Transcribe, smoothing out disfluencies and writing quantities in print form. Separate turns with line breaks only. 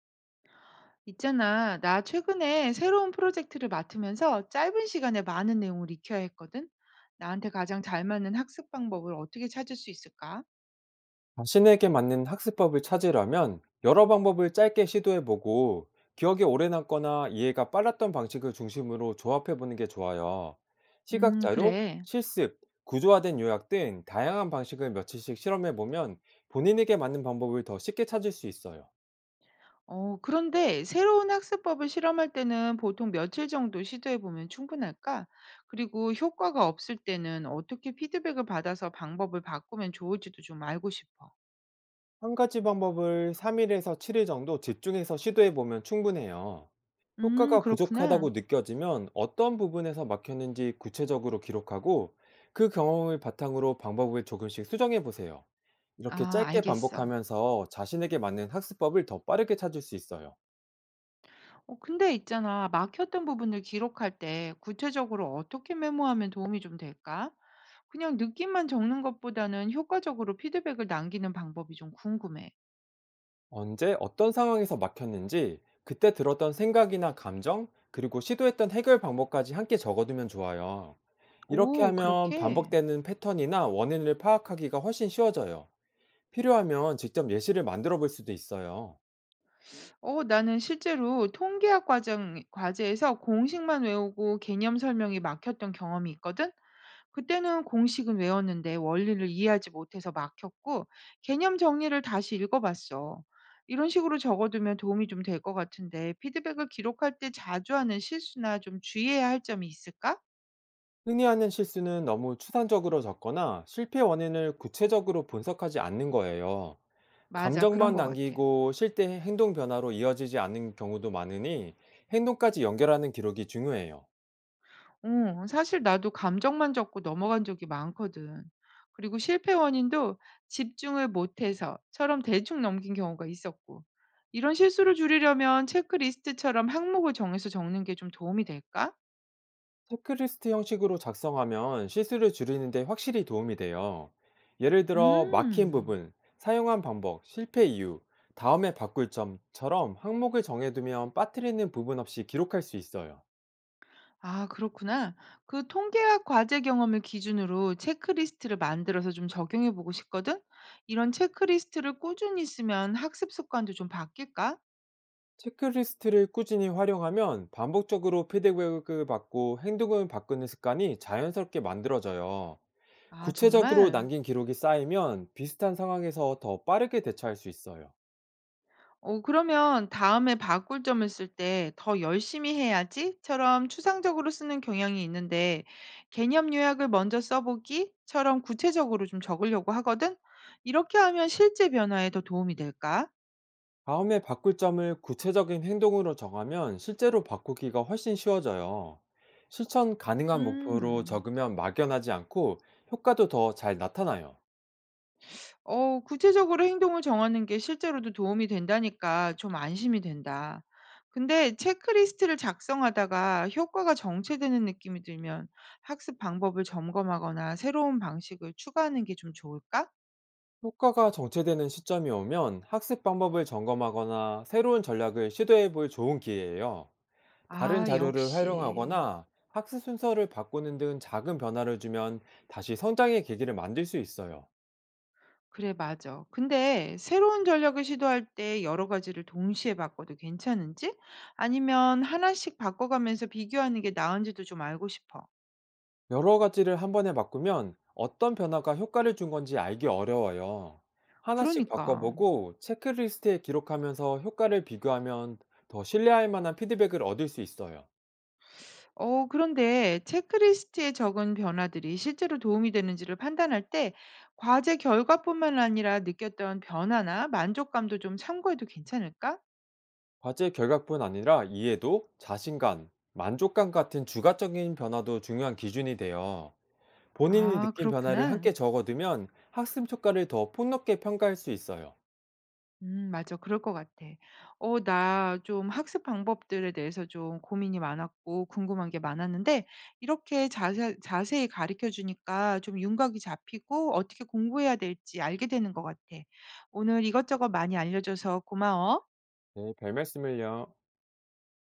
있잖아, 나 최근에 새로운 프로젝트를 맡으면서 짧은 시간에 많은 내용을 익혀야 했거든. 나한테 가장 잘 맞는 학습 방법을 어떻게 찾을 수 있을까?
자신에게 맞는 학습법을 찾으려면 여러 방법을 짧게 시도해보고 기억에 오래 남거나 이해가 빨랐던 방식을 중심으로 조합해보는 게 좋아요. 시각자료,
그래.
실습, 구조화된 요약 등 다양한 방식을 며칠씩 실험해보면 본인에게 맞는 방법을 더 쉽게 찾을 수 있어요.
어, 그런데 새로운 학습법을 실험할 때는 보통 며칠 정도 시도해 보면 충분할까? 그리고 효과가 없을 때는 어떻게 피드백을 받아서 방법을 바꾸면 좋을지도 좀 알고 싶어.
한 가지 방법을 3일에서 7일 정도 집중해서 시도해 보면 충분해요. 효과가
그렇구나.
부족하다고 느껴지면 어떤 부분에서 막혔는지 구체적으로 기록하고, 그 경험을 바탕으로 방법을 조금씩 수정해 보세요. 이렇게
아,
짧게
알겠어.
반복하면서 자신에게 맞는 학습법을 더 빠르게 찾을 수 있어요.
어 근데 있잖아. 막혔던 부분을 기록할 때 구체적으로 어떻게 메모하면 도움이 좀 될까? 그냥 느낌만 적는 것보다는 효과적으로 피드백을 남기는 방법이 좀 궁금해.
언제 어떤 상황에서 막혔는지, 그때 들었던 생각이나 감정, 그리고 시도했던 해결 방법까지 함께 적어두면 좋아요. 이렇게
오,
하면
그렇게?
반복되는 패턴이나 원인을 파악하기가 훨씬 쉬워져요. 필요하면 직접 예시를 만들어 볼 수도 있어요.
어, 나는 실제로 통계학 과정, 과제에서 공식만 외우고 개념 설명이 막혔던 경험이 있거든? 그때는 공식은 외웠는데 원리를 이해하지 못해서 막혔고 개념 정리를 다시 읽어봤어. 이런 식으로 적어두면 도움이 좀 될 것 같은데 피드백을 기록할 때 자주 하는 실수나 좀 주의해야 할 점이 있을까?
흔히 하는 실수는 너무 추상적으로 적거나 실패 원인을 구체적으로 분석하지 않는 거예요.
맞아, 그런
감정만
것 같아.
남기고 실제 행동 변화로 이어지지 않는 경우도 많으니, 행동까지 연결하는 기록이 중요해요.
응, 사실 나도 감정만 적고 넘어간 적이 많거든. 그리고 실패 원인도 집중을 못해서처럼 대충 넘긴 경우가 있었고. 이런 실수를 줄이려면 체크리스트처럼 항목을 정해서 적는 게 좀 도움이 될까?
체크리스트 형식으로 작성하면 실수를 줄이는 데 확실히 도움이 돼요. 예를 들어 막힌
음.
부분, 사용한 방법, 실패 이유, 다음에 바꿀 점처럼 항목을 정해두면 빠뜨리는 부분 없이 기록할 수 있어요.
아 그렇구나. 그 통계학 과제 경험을 기준으로 체크리스트를 만들어서 좀 적용해 보고 싶거든? 이런 체크리스트를 꾸준히 쓰면 학습 습관도 좀 바뀔까?
체크리스트를 꾸준히 활용하면 반복적으로 피드백을 받고 행동을 바꾸는 습관이 자연스럽게 만들어져요.
아
구체적으로
정말?
남긴 기록이 쌓이면 비슷한 상황에서 더 빠르게 대처할 수 있어요.
어 그러면 다음에 바꿀 점을 쓸 때 '더 열심히 해야지.'처럼 추상적으로 쓰는 경향이 있는데 개념 요약을 먼저 써 보기처럼 구체적으로 좀 적으려고 하거든? 이렇게 하면 실제 변화에 더 도움이 될까?
다음에 바꿀 점을 구체적인 행동으로 정하면 실제로 바꾸기가 훨씬 쉬워져요. 실천 가능한 목표로
음.
적으면 막연하지 않고 효과도 더 잘 나타나요.
어 구체적으로 행동을 정하는 게 실제로도 도움이 된다니까 좀 안심이 된다. 근데 체크리스트를 작성하다가 효과가 정체되는 느낌이 들면 학습 방법을 점검하거나 새로운 방식을 추가하는 게 좀 좋을까?
효과가 정체되는 시점이 오면 학습 방법을 점검하거나 새로운 전략을 시도해 볼 좋은 기회예요. 다른
아,
자료를
역시.
활용하거나 학습 순서를 바꾸는 등 작은 변화를 주면 다시 성장의 계기를 만들 수 있어요.
그래, 맞아. 근데 새로운 전략을 시도할 때 여러 가지를 동시에 바꿔도 괜찮은지? 아니면 하나씩 바꿔가면서 비교하는 게 나은지도 좀 알고 싶어.
여러 가지를 한 번에 바꾸면 어떤 변화가 효과를 준 건지 알기 어려워요. 하나씩
그러니까.
바꿔보고 체크리스트에 기록하면서 효과를 비교하면 더 신뢰할 만한 피드백을 얻을 수 있어요.
어, 그런데 체크리스트에 적은 변화들이 실제로 도움이 되는지를 판단할 때 과제 결과뿐만 아니라 느꼈던 변화나 만족감도 좀 참고해도 괜찮을까?
과제 결과뿐 아니라 이해도, 자신감, 만족감 같은 주가적인 변화도 중요한 기준이 돼요. 본인이
아,
느낀 변화를
그렇구나.
함께 적어두면 학습 효과를 더 폭넓게 평가할 수 있어요.
맞아. 그럴 것 같아. 어, 나 좀 학습 방법들에 대해서 좀 고민이 많았고 궁금한 게 많았는데 이렇게 자세히 가르쳐 주니까 좀 윤곽이 잡히고 어떻게 공부해야 될지 알게 되는 것 같아. 오늘 이것저것 많이 알려줘서 고마워.
네, 별 말씀을요.